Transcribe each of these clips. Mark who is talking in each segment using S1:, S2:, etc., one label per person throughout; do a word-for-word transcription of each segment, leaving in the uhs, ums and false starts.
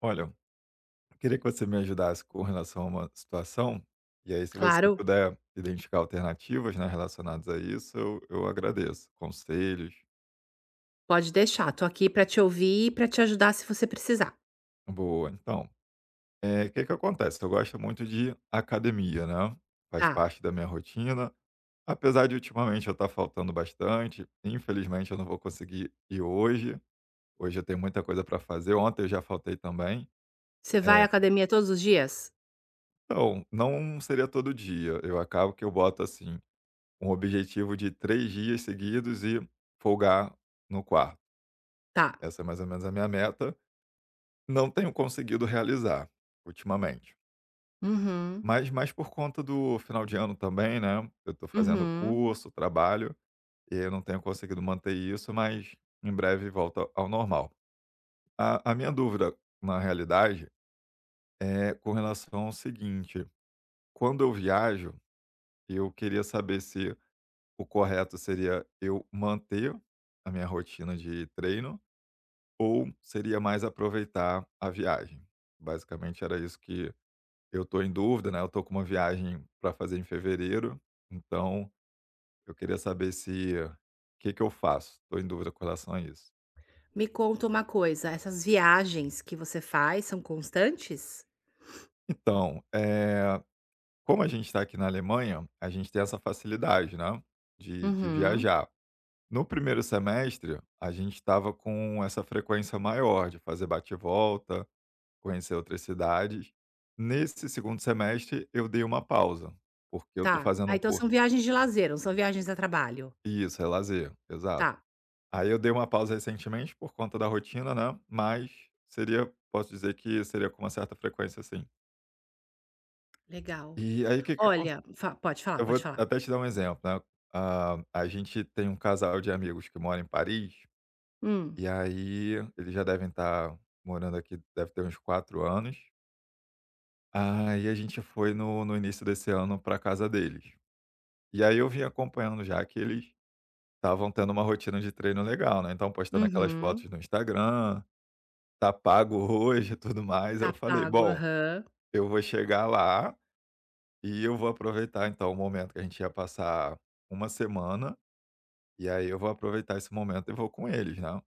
S1: Olha, eu queria que você me ajudasse com relação a uma situação, e aí se você
S2: Claro,
S1: puder identificar alternativas, né, relacionadas a isso, eu eu agradeço. Conselhos.
S2: pode deixar. Tô aqui pra te ouvir e pra te ajudar se você precisar.
S1: Boa. Então, é, o que que acontece, eu gosto muito de academia, né, faz
S2: Tá.
S1: parte da minha rotina, apesar de ultimamente eu estar faltando bastante, infelizmente eu não vou conseguir ir hoje, hoje eu tenho muita coisa para fazer, ontem eu já faltei também.
S2: Você vai à
S1: É,
S2: academia todos os dias?
S1: então, não seria todo dia, eu acabo que eu boto assim um objetivo de três dias seguidos e folgar no quarto.
S2: Tá.
S1: Essa é mais ou menos a minha meta. Não tenho conseguido realizar ultimamente.
S2: Uhum,
S1: Mas mais por conta do final de ano também, né, eu estou fazendo
S2: uhum.
S1: curso, trabalho, e eu não tenho conseguido manter isso, mas em breve volta ao normal. A a minha dúvida, na realidade, é com relação ao seguinte: quando eu viajo, eu queria saber se o correto seria eu manter a minha rotina de treino. Ou seria mais aproveitar a viagem? Basicamente era isso que eu tô em dúvida, né, eu tô com uma viagem para fazer em fevereiro, então eu queria saber se o que que eu faço? Tô em dúvida com relação a isso.
S2: Me conta uma coisa, essas viagens que você faz são constantes?
S1: Então, eh, como a gente está aqui na Alemanha, a gente tem essa facilidade, né, de de
S2: Uhum.
S1: viajar. No primeiro semestre, a gente estava com essa frequência maior de fazer bate volta, conhecer outras cidades. Nesse segundo semestre eu dei uma pausa, porque eu tô
S2: Tá.
S1: fazendo
S2: Ah,
S1: um
S2: então
S1: curso.
S2: são viagens de lazer, não são viagens a trabalho.
S1: Isso, é lazer,
S2: Tá,
S1: exato. Aí eu dei uma pausa recentemente por conta da rotina, né, mas seria, posso dizer que seria com uma certa frequência, sim.
S2: legal.
S1: E aí o que que acon
S2: Olha, fa pode falar,
S1: eu
S2: pode
S1: vou
S2: falar.
S1: até te dar um exemplo, né, ah, a gente tem um casal de amigos que mora em Paris,
S2: Hum.
S1: e aí eles já devem estar morando aqui, deve ter uns quatro anos. Aí a gente foi no no início desse ano pra casa deles. E aí eu vim acompanhando já que eles estavam tendo uma rotina de treino legal, né, então postando aquelas
S2: Uhum.
S1: fotos no Instagram, "tá pago hoje" e tudo mais. Aí
S2: Tá
S1: eu falei:
S2: pago,
S1: "Bom,
S2: aham.
S1: eu vou chegar lá e eu vou aproveitar então o momento que a gente ia passar uma semana, e aí eu vou aproveitar esse momento e vou com eles, né".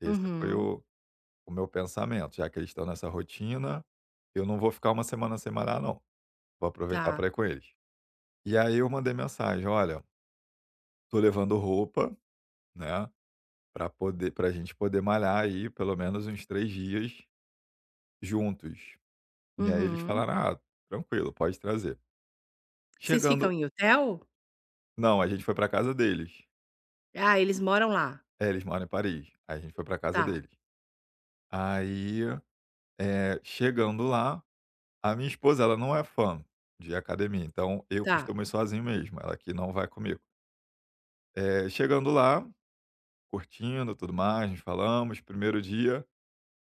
S1: Esse foi
S2: Uhum.
S1: o o meu pensamento, já que eles estão nessa rotina, eu não vou ficar uma semana sem malhar não, vou aproveitar para
S2: Tá.
S1: ir com eles. E aí eu mandei mensagem: "Olha, tô levando roupa, né", para poder, para a gente poder malhar aí pelo menos uns três dias juntos. E aí eles
S2: Uhum.
S1: falaram: "Ah, tranquilo, pode trazer".
S2: Vocês ficam
S1: Chegando,
S2: em hotel?
S1: não, a gente foi para casa deles.
S2: Ah, eles moram lá.
S1: É, eles moram em Paris. Aí a gente foi para casa
S2: Tá.
S1: deles. Aí, eh, chegando lá, a minha esposa, ela não é fã de academia, então eu
S2: Tá.
S1: costumo ir sozinho mesmo, ela que não vai comigo. Eh, chegando lá, curtindo, tudo mais, nos falamos, primeiro dia,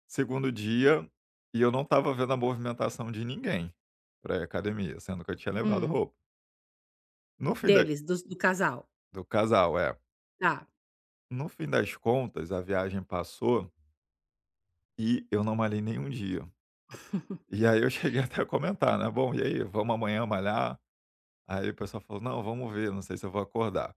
S1: segundo dia, e eu não estava vendo a movimentação de ninguém pra ir à academia, sendo que eu tinha levado
S2: Hum.
S1: roupa. No fim da,
S2: Deles, dos do casal,
S1: do casal, é.
S2: tá.
S1: No fim das contas, a viagem passou e eu não malhei nenhum dia. E aí eu cheguei até a comentar, né: "Bom, e aí, vamos amanhã malhar?" Aí o pessoal falou: "Não, vamos ver, não sei se eu vou acordar".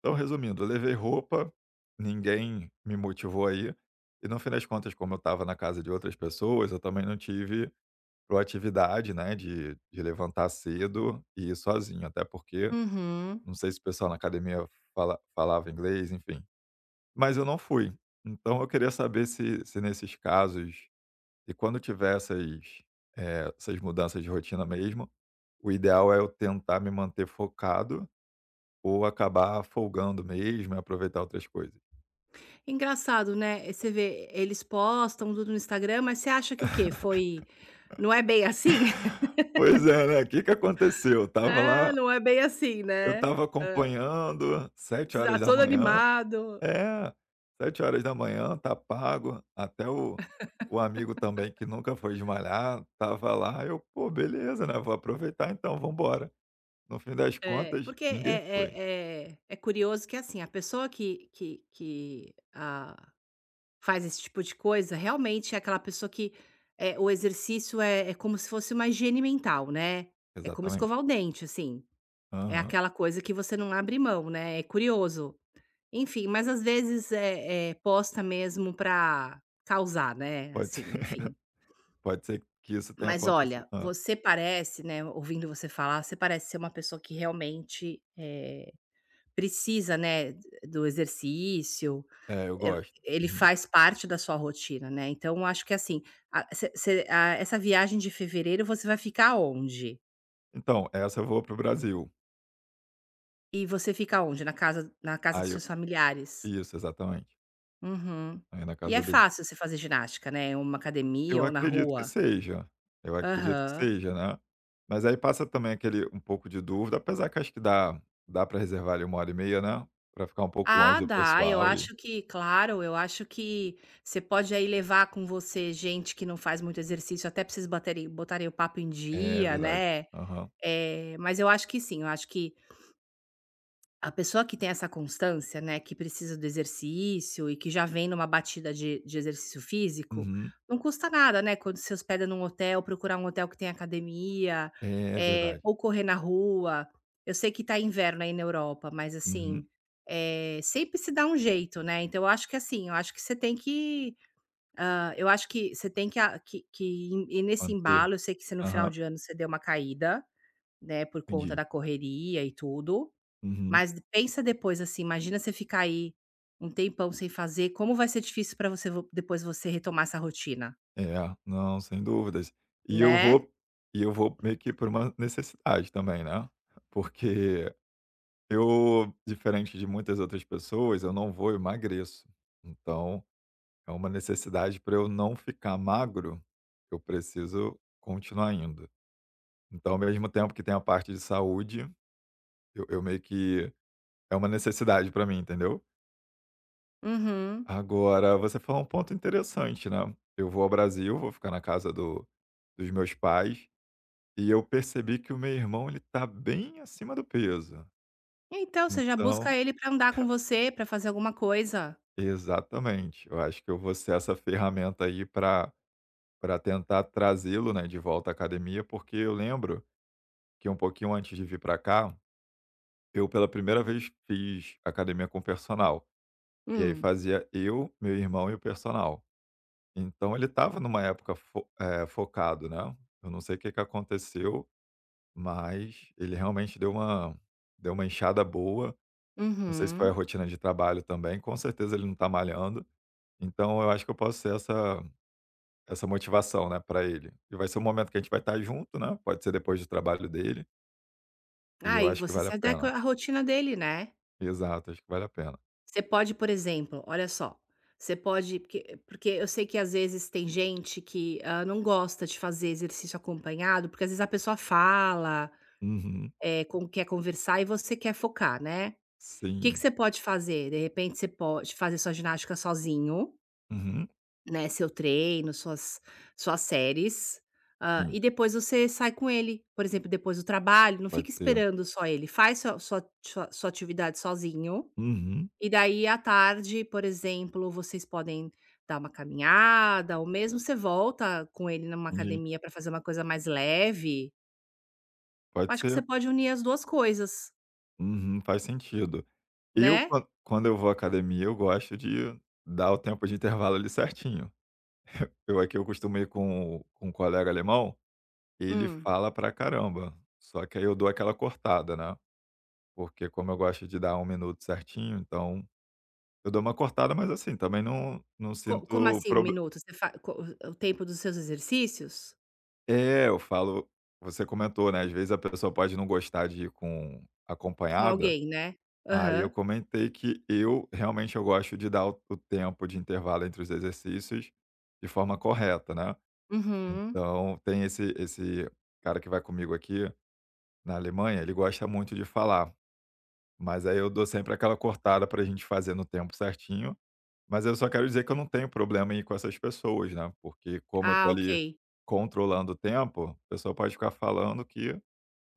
S1: Então, resumindo, eu levei roupa, ninguém me motivou aí e no fim das contas, como eu estava na casa de outras pessoas, eu também não tive proatividade, né, de de levantar cedo e ir sozinho, até porque
S2: Uhum.
S1: não sei se o pessoal na academia fala falava inglês, enfim. Mas eu não fui. Então eu queria saber se se nesses casos e quando tiver essas, eh, essas mudanças de rotina mesmo, o ideal é eu tentar me manter focado ou acabar folgando mesmo e aproveitar outras coisas.
S2: Engraçado, né, você vê, eles postam tudo no Instagram, mas você acha que o quê? Foi não é bem assim?
S1: Pois é, né. O que que aconteceu? Eu tava
S2: É,
S1: lá,
S2: não é bem assim,
S1: eu
S2: né.
S1: tava acompanhando, sete
S2: Você tá
S1: horas da
S2: todo
S1: manhã.
S2: animado.
S1: É, sete horas da manhã, tá pago, até o o amigo também que nunca foi esmalhar, tava lá, eu: "Pô, beleza, né, vou aproveitar então, vamos embora". No fim das
S2: É,
S1: contas,
S2: porque é
S1: ninguém foi.
S2: é é é curioso que, assim, a pessoa que que que, ah, faz esse tipo de coisa, realmente é aquela pessoa que, eh, o exercício é é como se fosse uma higiene mental, né. É como
S1: Exatamente.
S2: escovar o dente, assim. É
S1: Aham.
S2: aquela coisa que você não abre mão, né, é curioso. Enfim, mas às vezes, é eh, posta mesmo pra causar, né,
S1: Pode ser.
S2: assim, enfim.
S1: Pode ser que isso tenha
S2: Mas
S1: acontecido.
S2: olha,
S1: Hã.
S2: você parece, né, ouvindo você falar, você parece ser uma pessoa que realmente, eh, precisa, né, do exercício,
S1: É, eu
S2: eh,
S1: gosto.
S2: ele
S1: Uhum.
S2: faz parte da sua rotina, né, então eu acho que assim, a você você a essa viagem de fevereiro você vai ficar onde?
S1: Então, essa eu vou pro Brasil,
S2: E você fica onde? Na casa na casa dos
S1: aí eu,
S2: seus familiares?
S1: isso, exatamente,
S2: Uhum.
S1: aí na
S2: E é
S1: casa dele.
S2: fácil você fazer ginástica, né, uma academia
S1: Eu
S2: ou na
S1: acredito que
S2: rua?
S1: seja, eu acredito que
S2: Aham.
S1: seja, né. Mas aí passa também aquele um pouco de dúvida, apesar que acho que dá, dá para reservar ali uma hora e meia, né, para ficar um pouco
S2: Ah,
S1: longe do
S2: dá, eu
S1: pessoal e
S2: acho que claro, eu acho que você pode aí levar com você gente que não faz muito exercício, até pra vocês baterem botarem o papo em
S1: é
S2: dia,
S1: verdade.
S2: né.
S1: Aham.
S2: É mas eu acho que sim, eu acho que a pessoa que tem essa constância, né, que precisa do exercício e que já vem numa batida de de exercício físico,
S1: Uhum.
S2: não custa nada, né, quando se hospeda num hotel, procurar um hotel que tem academia,
S1: É
S2: eh,
S1: verdade.
S2: ou correr na rua. Eu sei que tá inverno aí na Europa, mas assim,
S1: Uhum.
S2: eh, sempre se dá um jeito, né. Então eu acho que assim, eu acho que você tem que ah, eu acho que você tem que a que que ir nesse
S1: Manter.
S2: embalo. Eu sei que você no final
S1: Aham,
S2: de ano você deu uma caída, né, por conta
S1: entendi.
S2: da correria e tudo,
S1: Uhum.
S2: mas pensa depois, assim, imagina você ficar aí um tempão sem fazer, como vai ser difícil pra você vo depois você retomar essa rotina,
S1: É, não, sem dúvidas. E eu
S2: né?
S1: vou e eu vou meio que por uma necessidade também, né, porque eu, diferente de muitas outras pessoas, eu não vou, eu emagreço. Então é uma necessidade para eu não ficar magro, eu preciso continuar indo. Então, ao mesmo tempo que tem a parte de saúde, eu eu meio que é uma necessidade para mim, entendeu.
S2: Uhum.
S1: Agora, você falou um ponto interessante, né. Eu vou ao Brasil, vou ficar na casa do dos meus pais, e eu percebi que o meu irmão, ele tá bem acima do peso.
S2: Então, você já
S1: Então
S2: busca ele pra andar com você, pra fazer alguma coisa.
S1: exatamente. Eu acho que eu vou ser essa ferramenta aí para para tentar trazê-lo, né, de volta à academia, porque eu lembro que um pouquinho antes de vir para cá, eu pela primeira vez fiz academia com personal. E aí
S2: Hum,
S1: fazia eu, meu irmão e o personal. Então ele estava numa época fo eh, focado, né. Eu não sei o que que aconteceu, mas ele realmente deu uma, deu uma inchada boa. Não sei se foi a
S2: uhum.
S1: rotina de trabalho também, com certeza ele não está malhando. Então eu acho que eu posso ser essa essa motivação, né, para ele. E vai ser um momento que a gente vai estar junto, né, pode ser depois do trabalho dele, e eu
S2: Aí
S1: acho que
S2: você
S1: vale
S2: se
S1: a pena.
S2: adequa à rotina dele, né?
S1: Exato, acho que vale a pena.
S2: Você pode, por exemplo, olha só, você pode porque porque eu sei que às vezes tem gente que, hã, não gosta de fazer exercício acompanhado, porque às vezes a pessoa fala,
S1: Uhum,
S2: eh, com quer conversar e você quer focar, né? Que que
S1: sim.
S2: você pode fazer? De repente você pode fazer sua ginástica sozinho,
S1: Uhum,
S2: né, seu treino, suas suas séries, hã,
S1: sim,
S2: e depois você sai com ele, por exemplo, depois do trabalho, não fica
S1: pode ser.
S2: esperando só ele, faz sua sua sua sua atividade sozinho,
S1: Uhum,
S2: e daí à tarde, por exemplo, vocês podem dar uma caminhada ou mesmo você volta com ele numa
S1: entendi.
S2: academia para fazer uma coisa mais leve.
S1: Pode
S2: Acho que você
S1: ser.
S2: pode unir as duas coisas,
S1: Uhum, faz sentido. Eu,
S2: né?
S1: quan quando eu vou à academia, eu gosto de dar o tempo de intervalo ali certinho. Eu aqui eu costumo ir com com um colega alemão, ele
S2: Hum.
S1: fala pra caramba, só que aí eu dou aquela cortada, né, porque como eu gosto de dar um minuto certinho, então eu dou uma cortada, mas assim, também não não
S2: Co como
S1: sinto.
S2: assim um minuto? Você fa co O tempo dos seus exercícios?
S1: É, eu falo, você comentou, né, às vezes a pessoa pode não gostar de ir com
S2: Com
S1: acompanhada,
S2: alguém, né?
S1: aí eu
S2: Aham.
S1: comentei que eu realmente eu gosto de dar o o tempo de intervalo entre os exercícios de forma correta, né.
S2: Uhum.
S1: Então tem esse esse cara que vai comigo aqui na Alemanha, ele gosta muito de falar, mas aí eu dou sempre aquela cortada para a gente fazer no tempo certinho, mas eu só quero dizer que eu não tenho problema em ir com essas pessoas, né, porque como eu tô
S2: Ah, ok.
S1: ali controlando o tempo, a pessoa pode ficar falando que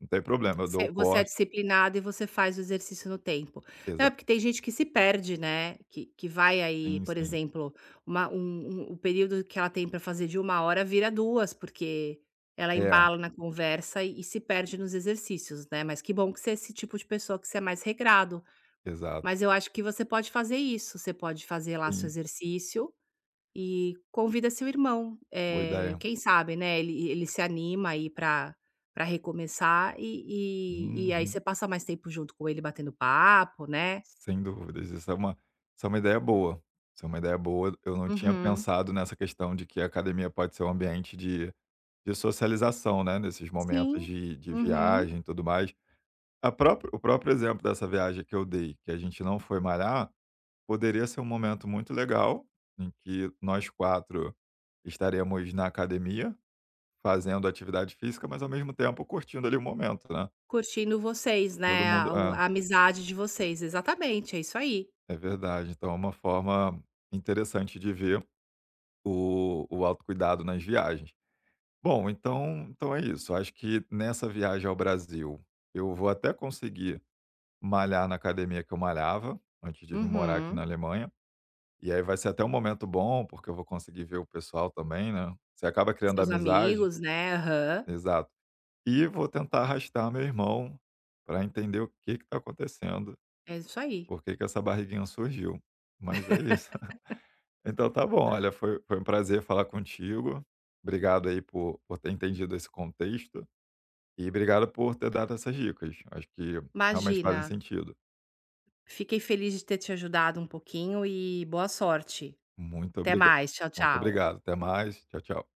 S1: não tem problema, eu dou
S2: Você
S1: o
S2: você é
S1: corte.
S2: disciplinado e você faz o exercício no tempo. Não, é
S1: Exato.
S2: porque tem gente que se perde, né, que que vai aí,
S1: Sim,
S2: por
S1: sim.
S2: exemplo, uma um um o período que ela tem para fazer de uma hora vira duas porque ela
S1: É,
S2: embala na conversa e e se perde nos exercícios, né. Mas que bom que você é esse tipo de pessoa que você é mais regrado.
S1: exato.
S2: Mas eu acho que você pode fazer isso, você pode fazer lá seu
S1: Sim,
S2: exercício e convida seu irmão,
S1: boa
S2: eh,
S1: ideia.
S2: quem sabe, né, ele ele se anima aí pra pra recomeçar e e e aí você
S1: Uhum.
S2: passa mais tempo junto com ele batendo papo, né.
S1: Sem dúvidas, isso é uma, isso é uma ideia boa. Isso é uma ideia boa. Eu não tinha
S2: Uhum.
S1: pensado nessa questão de que a academia pode ser um ambiente de de socialização, né, nesses momentos
S2: Sim.
S1: de de
S2: Uhum.
S1: viagem e tudo mais. A própria, o próprio exemplo dessa viagem que eu dei, que a gente não foi malhar, poderia ser um momento muito legal, em que nós quatro estaremos na academia fazendo atividade física, mas ao mesmo tempo curtindo ali o momento, né.
S2: Curtindo vocês,
S1: Todo
S2: né,
S1: mundo,
S2: a o
S1: é,
S2: a amizade de vocês. Exatamente, é isso aí.
S1: é verdade. Então é uma forma interessante de ver o o autocuidado nas viagens. Bom, então, então é isso. Acho que nessa viagem ao Brasil, eu vou até conseguir malhar na academia que eu malhava, antes de vir morar aqui na
S2: Uhum.
S1: Alemanha. E aí vai ser até um momento bom, porque eu vou conseguir ver o pessoal também, né. Você acaba criando
S2: Seus
S1: amizade.
S2: amigos, né. Aham.
S1: Exato. E vou tentar arrastar meu irmão para entender o que que tá acontecendo,
S2: É isso aí.
S1: por que que essa barriguinha surgiu. Mas é isso. Então tá bom, olha, foi, foi um prazer falar contigo. Obrigado aí por, por ter entendido esse contexto e obrigado por ter dado essas dicas. Acho que realmente fazem
S2: Imagina,
S1: sentido.
S2: fiquei feliz de ter te ajudado um pouquinho e boa sorte.
S1: Muito
S2: Até
S1: obrigado.
S2: mais. Tchau,
S1: Muito
S2: tchau.
S1: obrigado. Até mais. Tchau, tchau.